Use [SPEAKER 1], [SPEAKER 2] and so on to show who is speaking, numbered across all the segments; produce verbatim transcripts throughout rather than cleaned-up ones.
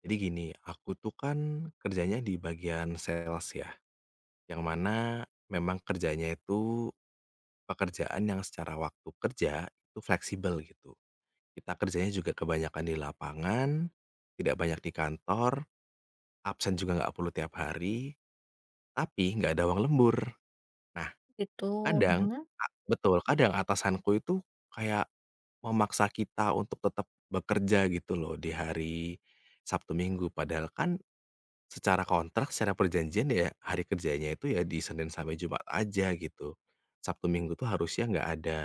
[SPEAKER 1] Jadi gini, aku tuh kan kerjanya di bagian sales ya, yang mana memang kerjanya itu pekerjaan yang secara waktu kerja itu fleksibel gitu. Kita kerjanya juga kebanyakan di lapangan, tidak banyak di kantor, absen juga nggak perlu tiap hari, tapi nggak ada uang lembur. Nah,
[SPEAKER 2] Gitu,
[SPEAKER 1] kadang
[SPEAKER 2] mhm,
[SPEAKER 1] a betul, kadang atasanku itu kayak memaksa kita untuk tetap bekerja gitu loh di hari Sabtu Minggu, padahal kan, secara kontrak, secara perjanjian ya hari kerjanya itu ya di Senin sampai Jumat aja gitu. Sabtu Minggu tuh harusnya nggak ada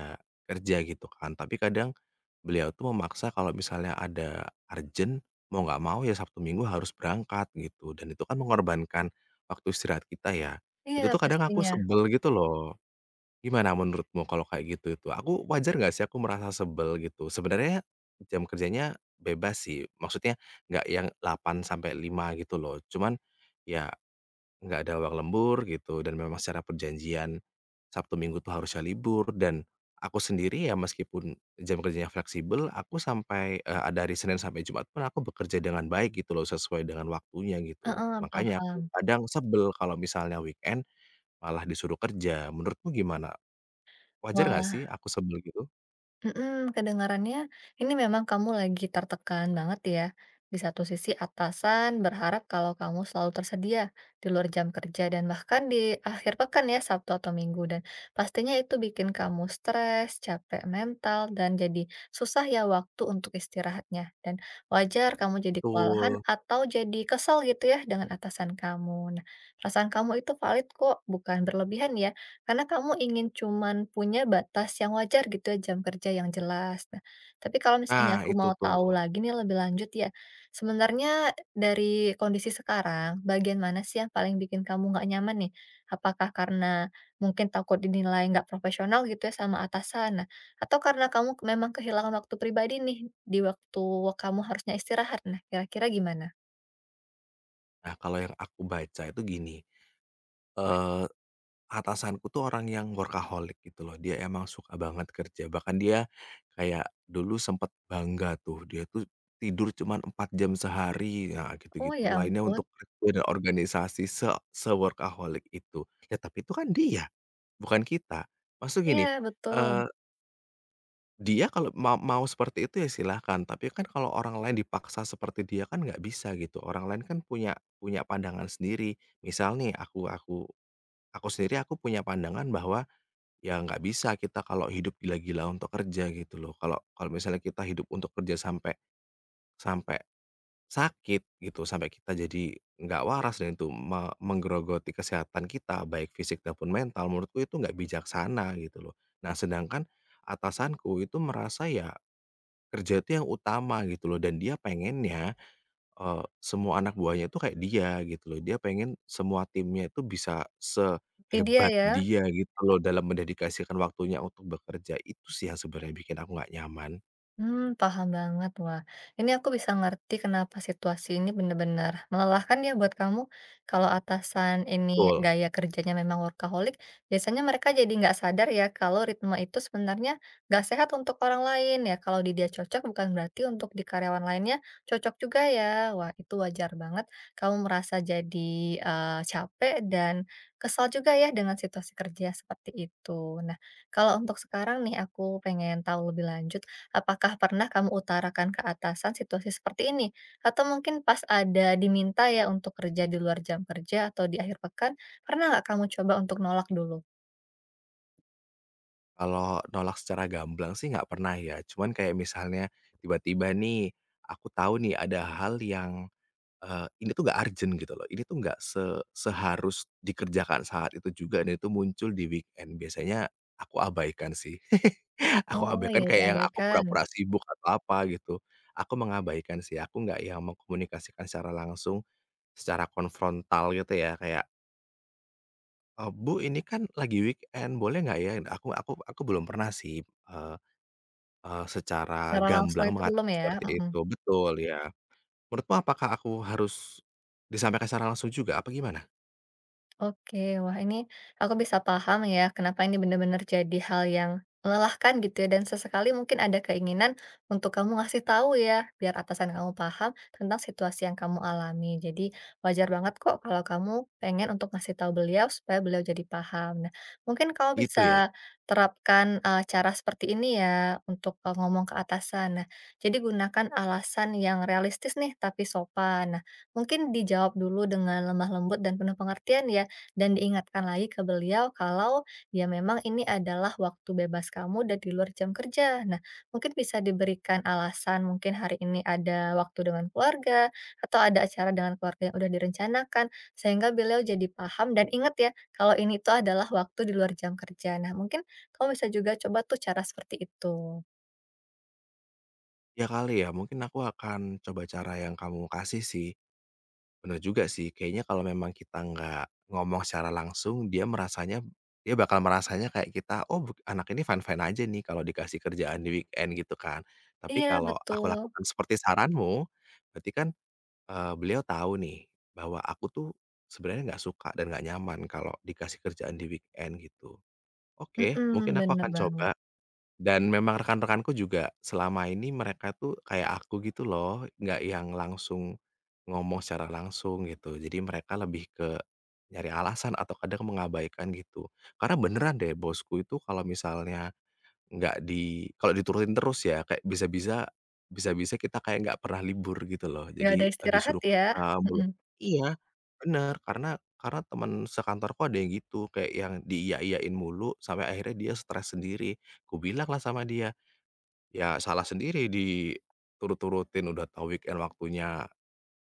[SPEAKER 1] kerja gitu kan. Tapi kadang beliau tuh memaksa kalau misalnya ada urgent, mau nggak mau ya Sabtu Minggu harus berangkat gitu, dan itu kan mengorbankan waktu istirahat kita ya. Itu
[SPEAKER 2] iya
[SPEAKER 1] tuh kadang aku
[SPEAKER 2] pastinya,
[SPEAKER 1] sebel gitu loh. Gimana menurutmu kalau kayak gitu itu? Aku wajar nggak sih aku merasa sebel gitu? Sebenarnya jam kerjanya bebas sih, maksudnya nggak yang delapan sampai lima gitu loh. Cuman ya nggak ada uang lembur gitu dan memang secara perjanjian Sabtu Minggu tuh harusnya libur dan aku sendiri ya meskipun jam kerjanya fleksibel, aku sampai, eee, dari Senin sampai Jumat pun aku bekerja dengan baik gitu loh, sesuai dengan waktunya gitu.
[SPEAKER 2] heeh,
[SPEAKER 1] Makanya
[SPEAKER 2] paham.
[SPEAKER 1] aku kadang sebel kalau misalnya weekend malah disuruh kerja. Menurutmu gimana? Wajar nggak
[SPEAKER 2] Wah,
[SPEAKER 1] sih aku sebel gitu?
[SPEAKER 2] mhm, kedengarannya ini memang kamu lagi tertekan banget ya. Di satu sisi atasan berharap kalau kamu selalu tersedia di luar jam kerja dan bahkan di akhir pekan ya, Sabtu atau Minggu, dan pastinya itu bikin kamu stres, capek mental dan jadi susah ya waktu untuk istirahatnya, dan wajar kamu jadi kewalahan
[SPEAKER 1] Betul.
[SPEAKER 2] atau jadi kesel gitu ya dengan atasan kamu. Nah, perasaan kamu itu valid kok, bukan berlebihan ya. Karena kamu ingin cuman punya batas yang wajar gitu ya, jam kerja yang jelas. Nah, tapi kalau misalnya
[SPEAKER 1] Nah
[SPEAKER 2] aku
[SPEAKER 1] itu
[SPEAKER 2] mau
[SPEAKER 1] tuh.
[SPEAKER 2] tahu lagi nih lebih lanjut ya, sebenarnya dari kondisi sekarang, bagian mana sih yang paling bikin kamu nggak nyaman nih? Apakah karena mungkin takut dinilai nggak profesional gitu ya sama atasan? Nah, atau karena kamu memang kehilangan waktu pribadi nih, di waktu kamu harusnya istirahat? Nah, kira-kira gimana?
[SPEAKER 1] Nah kalau yang aku baca itu gini, eee, atasanku tuh orang yang workaholic gitu loh, dia emang suka banget kerja, bahkan dia kayak dulu sempet bangga tuh, dia tuh tidur cuman empat jam sehari, nah
[SPEAKER 2] Oh,
[SPEAKER 1] gitu-gitu,
[SPEAKER 2] ya
[SPEAKER 1] lainnya
[SPEAKER 2] ampun.
[SPEAKER 1] untuk kerja dan organisasi se se-workaholic itu. Ya tapi itu kan dia, bukan kita. Maksud
[SPEAKER 2] Iya,
[SPEAKER 1] gini,
[SPEAKER 2] betul.
[SPEAKER 1] eee dia kalau ma mau seperti itu ya silahkan, tapi kan kalau orang lain dipaksa seperti dia kan nggak bisa gitu. Orang lain kan punya punya pandangan sendiri. Misal nih aku aku aku sendiri aku punya pandangan bahwa ya nggak bisa kita kalau hidup gila-gila untuk kerja gitu loh. Kalau kalau misalnya kita hidup untuk kerja sampai sampai sakit gitu, sampai kita jadi nggak waras dan itu me menggerogoti kesehatan kita baik fisik maupun mental menurutku itu nggak bijaksana gitu loh. Nah sedangkan atasanku itu merasa ya kerja itu yang utama gitu loh dan dia pengennya, eee, semua anak buahnya itu kayak dia gitu loh. Dia pengen semua timnya itu bisa
[SPEAKER 2] Di dia
[SPEAKER 1] sehebat
[SPEAKER 2] ya.
[SPEAKER 1] dia gitu loh dalam mendedikasikan waktunya untuk bekerja. Itu sih yang sebenarnya bikin aku nggak nyaman.
[SPEAKER 2] Mmm, paham banget. Wah, ini aku bisa ngerti kenapa situasi ini benar-benar melelahkan ya buat kamu. Kalau atasan ini
[SPEAKER 1] Betul.
[SPEAKER 2] gaya kerjanya memang workaholic, biasanya mereka jadi nggak sadar ya kalau ritme itu sebenarnya nggak sehat untuk orang lain ya. Kalau di dia cocok bukan berarti untuk di karyawan lainnya cocok juga ya. Wah, itu wajar banget kamu merasa jadi, eee, capek dan kesal juga ya dengan situasi kerja seperti itu. Nah, kalau untuk sekarang nih aku pengen tahu lebih lanjut, apakah pernah kamu utarakan ke atasan situasi seperti ini? Atau mungkin pas ada diminta ya untuk kerja di luar jam kerja atau di akhir pekan, pernah nggak kamu coba untuk nolak dulu?
[SPEAKER 1] Kalau nolak secara gamblang sih nggak pernah ya, cuman kayak misalnya tiba-tiba nih, aku tahu nih ada hal yang Eee, ini tuh nggak urgent gitu loh, ini tuh nggak se seharus dikerjakan saat itu juga dan itu muncul di weekend. Biasanya aku abaikan sih. Aku
[SPEAKER 2] Oh,
[SPEAKER 1] abaikan
[SPEAKER 2] ya
[SPEAKER 1] kayak yang aku
[SPEAKER 2] diabaikan.
[SPEAKER 1] pura-pura sibuk atau apa gitu. Aku mengabaikan sih, aku nggak yang mengkomunikasikan secara langsung, secara konfrontal gitu ya, kayak, eee, "Bu, ini kan lagi weekend, boleh nggak ya?" Aku aku aku belum pernah sih, eee eee, secara
[SPEAKER 2] Secara langsung
[SPEAKER 1] gamblang
[SPEAKER 2] itu belum
[SPEAKER 1] mengatakan
[SPEAKER 2] ya?
[SPEAKER 1] seperti
[SPEAKER 2] Mhm.
[SPEAKER 1] itu. Betul, ya. Menurutmu apakah aku harus disampaikan secara langsung juga, apa gimana?
[SPEAKER 2] Oke, wah ini aku bisa paham ya, kenapa ini benar-benar jadi hal yang melelahkan gitu ya, dan sesekali mungkin ada keinginan untuk kamu ngasih tahu ya, biar atasan kamu paham tentang situasi yang kamu alami. Jadi wajar banget kok kalau kamu pengen untuk ngasih tahu beliau supaya beliau jadi paham. Nah, mungkin kamu
[SPEAKER 1] Gitu ya?
[SPEAKER 2] bisa terapkan eh, cara seperti ini ya untuk eh, ngomong ke atasan. Nah, jadi gunakan alasan yang realistis nih tapi sopan. Nah, mungkin dijawab dulu dengan lemah lembut dan penuh pengertian ya, dan diingatkan lagi ke beliau kalau ya memang ini adalah waktu bebas kamu dan di luar jam kerja. Nah, mungkin bisa diberikan alasan mungkin hari ini ada waktu dengan keluarga atau ada acara dengan keluarga yang udah direncanakan sehingga beliau jadi paham dan ingat ya kalau ini itu adalah waktu di luar jam kerja. Nah, mungkin kamu bisa juga coba tuh cara seperti itu.
[SPEAKER 1] Ya kali ya, mungkin aku akan coba cara yang kamu kasih sih. Bener juga sih, kayaknya kalau memang kita nggak ngomong secara langsung, dia merasanya dia bakal merasanya kayak kita, "Oh buk anak ini fine-fine aja nih kalau dikasih kerjaan di weekend," gitu kan. Tapi
[SPEAKER 2] Iya
[SPEAKER 1] kalau aku
[SPEAKER 2] betul,
[SPEAKER 1] lakukan seperti saranmu, berarti kan, eee, beliau tahu nih bahwa aku tuh sebenarnya nggak suka dan nggak nyaman kalau dikasih kerjaan di weekend gitu. Oke,
[SPEAKER 2] mhm,
[SPEAKER 1] mungkin aku
[SPEAKER 2] bener
[SPEAKER 1] akan
[SPEAKER 2] banget.
[SPEAKER 1] coba. Dan memang rekan-rekanku juga selama ini mereka tuh kayak aku gitu loh, nggak yang langsung ngomong secara langsung gitu. Jadi mereka lebih ke nyari alasan atau kadang mengabaikan gitu. Karena beneran deh bosku itu kalau misalnya nggak di kalau diturutin terus ya kayak bisa-bisa bisa-bisa kita kayak nggak pernah libur gitu loh.
[SPEAKER 2] Gak ada
[SPEAKER 1] Jadi, eee,
[SPEAKER 2] istirahat
[SPEAKER 1] disuruh
[SPEAKER 2] ya?
[SPEAKER 1] kerja mulu.
[SPEAKER 2] Mhm.
[SPEAKER 1] Iya, bener, karena karena teman sekantorku ada yang gitu, kayak yang diiya-iyain mulu sampai akhirnya dia stres sendiri. Ku bilang lah sama dia, ya salah sendiri diturut-turutin, udah tahu weekend waktunya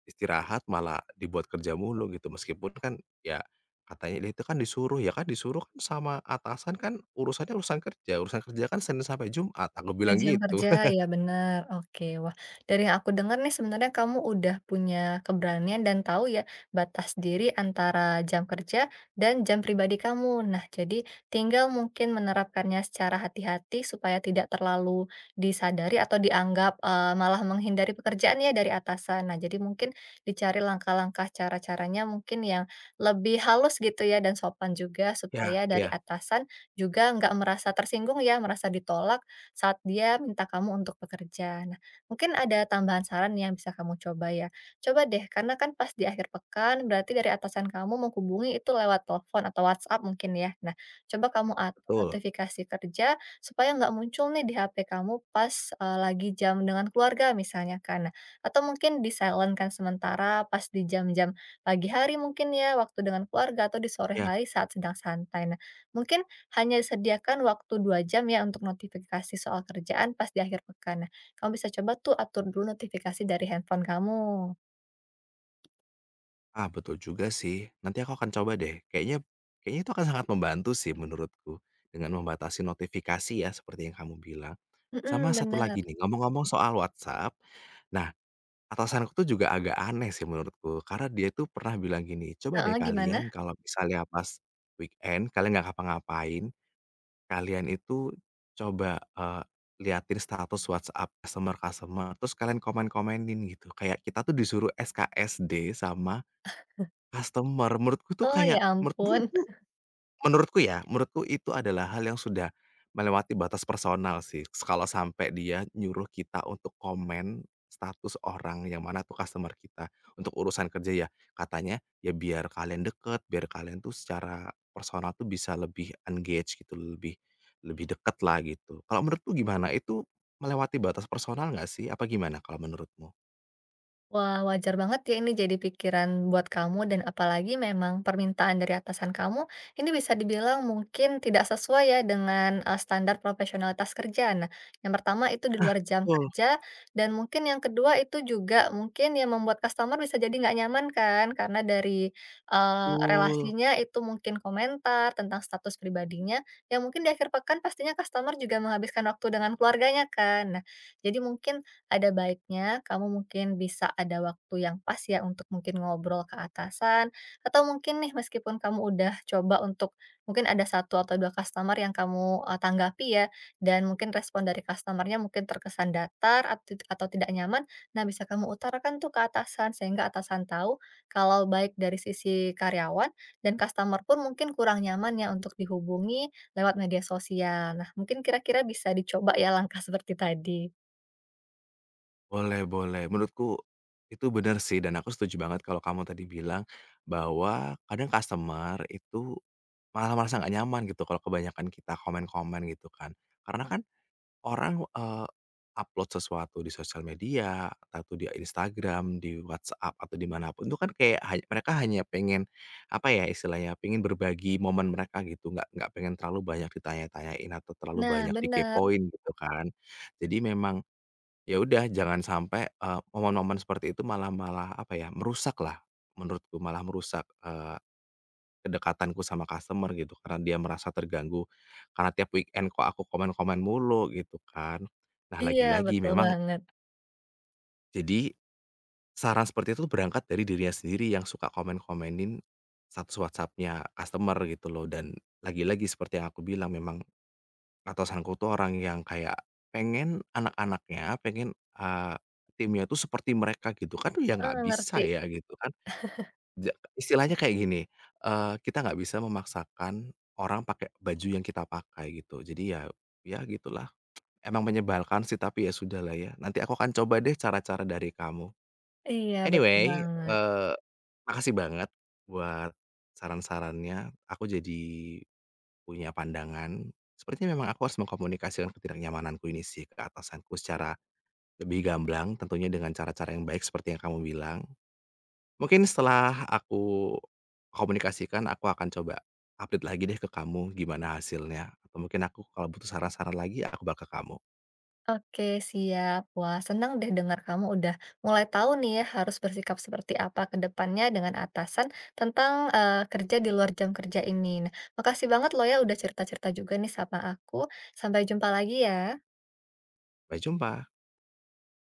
[SPEAKER 1] istirahat malah dibuat kerja mulu gitu. Meskipun kan ya katanya dia itu kan disuruh, ya kan disuruh kan sama atasan kan urusannya urusan kerja, urusan kerja kan Senin sampai Jumat, aku
[SPEAKER 2] Di
[SPEAKER 1] bilang
[SPEAKER 2] jam
[SPEAKER 1] gitu.
[SPEAKER 2] kerja, ya benar oke. Wah, dari yang aku dengar nih sebenarnya kamu udah punya keberanian dan tahu ya batas diri antara jam kerja dan jam pribadi kamu. Nah, jadi tinggal mungkin menerapkannya secara hati-hati supaya tidak terlalu disadari atau dianggap eh, malah menghindari pekerjaan ya dari atasan. Nah, jadi mungkin dicari langkah-langkah cara-caranya mungkin yang lebih halus gitu ya dan sopan juga
[SPEAKER 1] Ya
[SPEAKER 2] supaya dari
[SPEAKER 1] iya,
[SPEAKER 2] atasan juga nggak merasa tersinggung ya, merasa ditolak saat dia minta kamu untuk bekerja. Nah, mungkin ada tambahan saran yang bisa kamu coba ya. Coba deh, karena kan pas di akhir pekan berarti dari atasan kamu menghubungi itu lewat telepon atau WhatsApp mungkin ya. Nah, coba kamu atur
[SPEAKER 1] betul.
[SPEAKER 2] notifikasi kerja supaya nggak muncul nih di H P kamu pas eh, lagi jam dengan keluarga misalnya kan. Nah, atau mungkin di silent kan sementara pas di jam-jam pagi hari mungkin ya waktu dengan keluarga atau di sore
[SPEAKER 1] Ya
[SPEAKER 2] hari saat sedang santai. Nah, mungkin hanya sediakan waktu dua jam ya untuk notifikasi soal kerjaan pas di akhir pekan. Nah, kamu bisa coba tuh atur dulu notifikasi dari handphone kamu.
[SPEAKER 1] ah, betul juga sih. Nanti aku akan coba deh, kayaknya kayaknya itu akan sangat membantu sih menurutku, dengan membatasi notifikasi ya seperti yang kamu bilang. Sama
[SPEAKER 2] Mhm,
[SPEAKER 1] satu
[SPEAKER 2] bener.
[SPEAKER 1] lagi nih, ngomong-ngomong soal WhatsApp, nah atasanku tuh juga agak aneh sih menurutku, karena dia tuh pernah bilang gini, "Coba deh
[SPEAKER 2] Heeh, gimana?
[SPEAKER 1] kalian kalau misalnya pas weekend kalian nggak ngapa-ngapain, kalian itu coba, eee, liatin status WhatsApp customer-customer, terus kalian komen-komenin," gitu. Kayak kita tuh disuruh S K S D sama customer, menurutku tuh
[SPEAKER 2] Oh, ya
[SPEAKER 1] kayak menurutmu
[SPEAKER 2] ampun.
[SPEAKER 1] itu menurutku ya, menurutku itu adalah hal yang sudah melewati batas personal sih, kalau sampai dia nyuruh kita untuk komen status orang yang mana tuh customer kita, untuk urusan kerja ya. Katanya, ya biar kalian deket, biar kalian tuh secara personal tuh bisa lebih engage gitu, lebih lebih deket lah gitu. Kalau menurutmu gimana? Itu melewati batas personal nggak sih? Apa gimana kalau menurutmu?
[SPEAKER 2] Wah, wajar banget ya ini jadi pikiran buat kamu dan apalagi memang permintaan dari atasan kamu ini bisa dibilang mungkin tidak sesuai ya dengan eh, standar profesionalitas kerja. Nah, yang pertama itu di
[SPEAKER 1] Nah,
[SPEAKER 2] luar jam
[SPEAKER 1] betul,
[SPEAKER 2] kerja dan mungkin yang kedua itu juga mungkin yang membuat customer bisa jadi nggak nyaman kan karena dari eh,
[SPEAKER 1] betul.
[SPEAKER 2] relasinya itu mungkin komentar tentang status pribadinya yang mungkin di akhir pekan pastinya customer juga menghabiskan waktu dengan keluarganya kan. Nah, jadi mungkin ada baiknya kamu mungkin bisa ada waktu yang pas ya untuk mungkin ngobrol ke atasan atau mungkin nih meskipun kamu udah coba untuk mungkin ada satu atau dua customer yang kamu eh, tanggapi ya dan mungkin respon dari customernya mungkin terkesan datar atau, atau tidak nyaman, nah bisa kamu utarakan tuh ke atasan sehingga atasan tahu kalau baik dari sisi karyawan dan customer pun mungkin kurang nyaman ya untuk dihubungi lewat media sosial. Nah, mungkin kira-kira bisa dicoba ya langkah seperti tadi.
[SPEAKER 1] Boleh, boleh. Menurutku itu benar sih dan aku setuju banget kalau kamu tadi bilang bahwa kadang customer itu malah merasa nggak nyaman gitu kalau kebanyakan kita komen-komen gitu kan. Karena kan orang, eee, upload sesuatu di sosial media, atau di Instagram, di WhatsApp, atau di mana pun itu kan kayak ha mereka hanya pengen, apa ya istilahnya, pengen berbagi momen mereka gitu, nggak nggak pengen terlalu banyak ditanya-tanyain atau terlalu
[SPEAKER 2] Nah,
[SPEAKER 1] banyak
[SPEAKER 2] bener.
[SPEAKER 1] dikepoin gitu kan. Jadi memang ya udah jangan sampai, eee, momen-momen seperti itu malah malah apa ya, merusak lah menurutku malah merusak, eee, kedekatanku sama customer gitu karena dia merasa terganggu, karena tiap weekend kok aku komen-komen mulu gitu kan. Nah
[SPEAKER 2] Iya,
[SPEAKER 1] lagi-lagi
[SPEAKER 2] betul
[SPEAKER 1] memang
[SPEAKER 2] banget.
[SPEAKER 1] jadi saran seperti itu berangkat dari dirinya sendiri yang suka komen-komenin status WhatsApp-nya customer gitu loh dan lagi-lagi seperti yang aku bilang memang atasanku tuh orang yang kayak pengen anak-anaknya, pengen, eee, timnya tuh seperti mereka gitu kan ya nggak
[SPEAKER 2] Heeh, ngerti.
[SPEAKER 1] bisa ya gitu kan. Ja Istilahnya kayak gini, eee, kita nggak bisa memaksakan orang pakai baju yang kita pakai gitu. Jadi ya ya gitulah, emang menyebalkan sih tapi ya sudahlah ya. Nanti aku akan coba deh cara-cara dari kamu.
[SPEAKER 2] Iya, betul
[SPEAKER 1] Anyway,
[SPEAKER 2] banget.
[SPEAKER 1] eee, makasih banget buat saran-sarannya, aku jadi punya pandangan, sepertinya memang aku harus mengkomunikasikan ketidaknyamananku ini sih ke atasanku secara lebih gamblang, tentunya dengan cara-cara yang baik seperti yang kamu bilang. Mungkin setelah aku komunikasikan, aku akan coba update lagi deh ke kamu gimana hasilnya, atau mungkin aku kalau butuh saran-saran lagi, aku bakal ke kamu.
[SPEAKER 2] Oke, siap. Wah, senang deh dengar kamu udah mulai tahu nih ya harus bersikap seperti apa ke depannya dengan atasan tentang, eee, kerja di luar jam kerja ini. Nah, makasih banget loh ya udah cerita-cerita juga nih sama aku. Sampai jumpa lagi ya.
[SPEAKER 1] Sampai jumpa.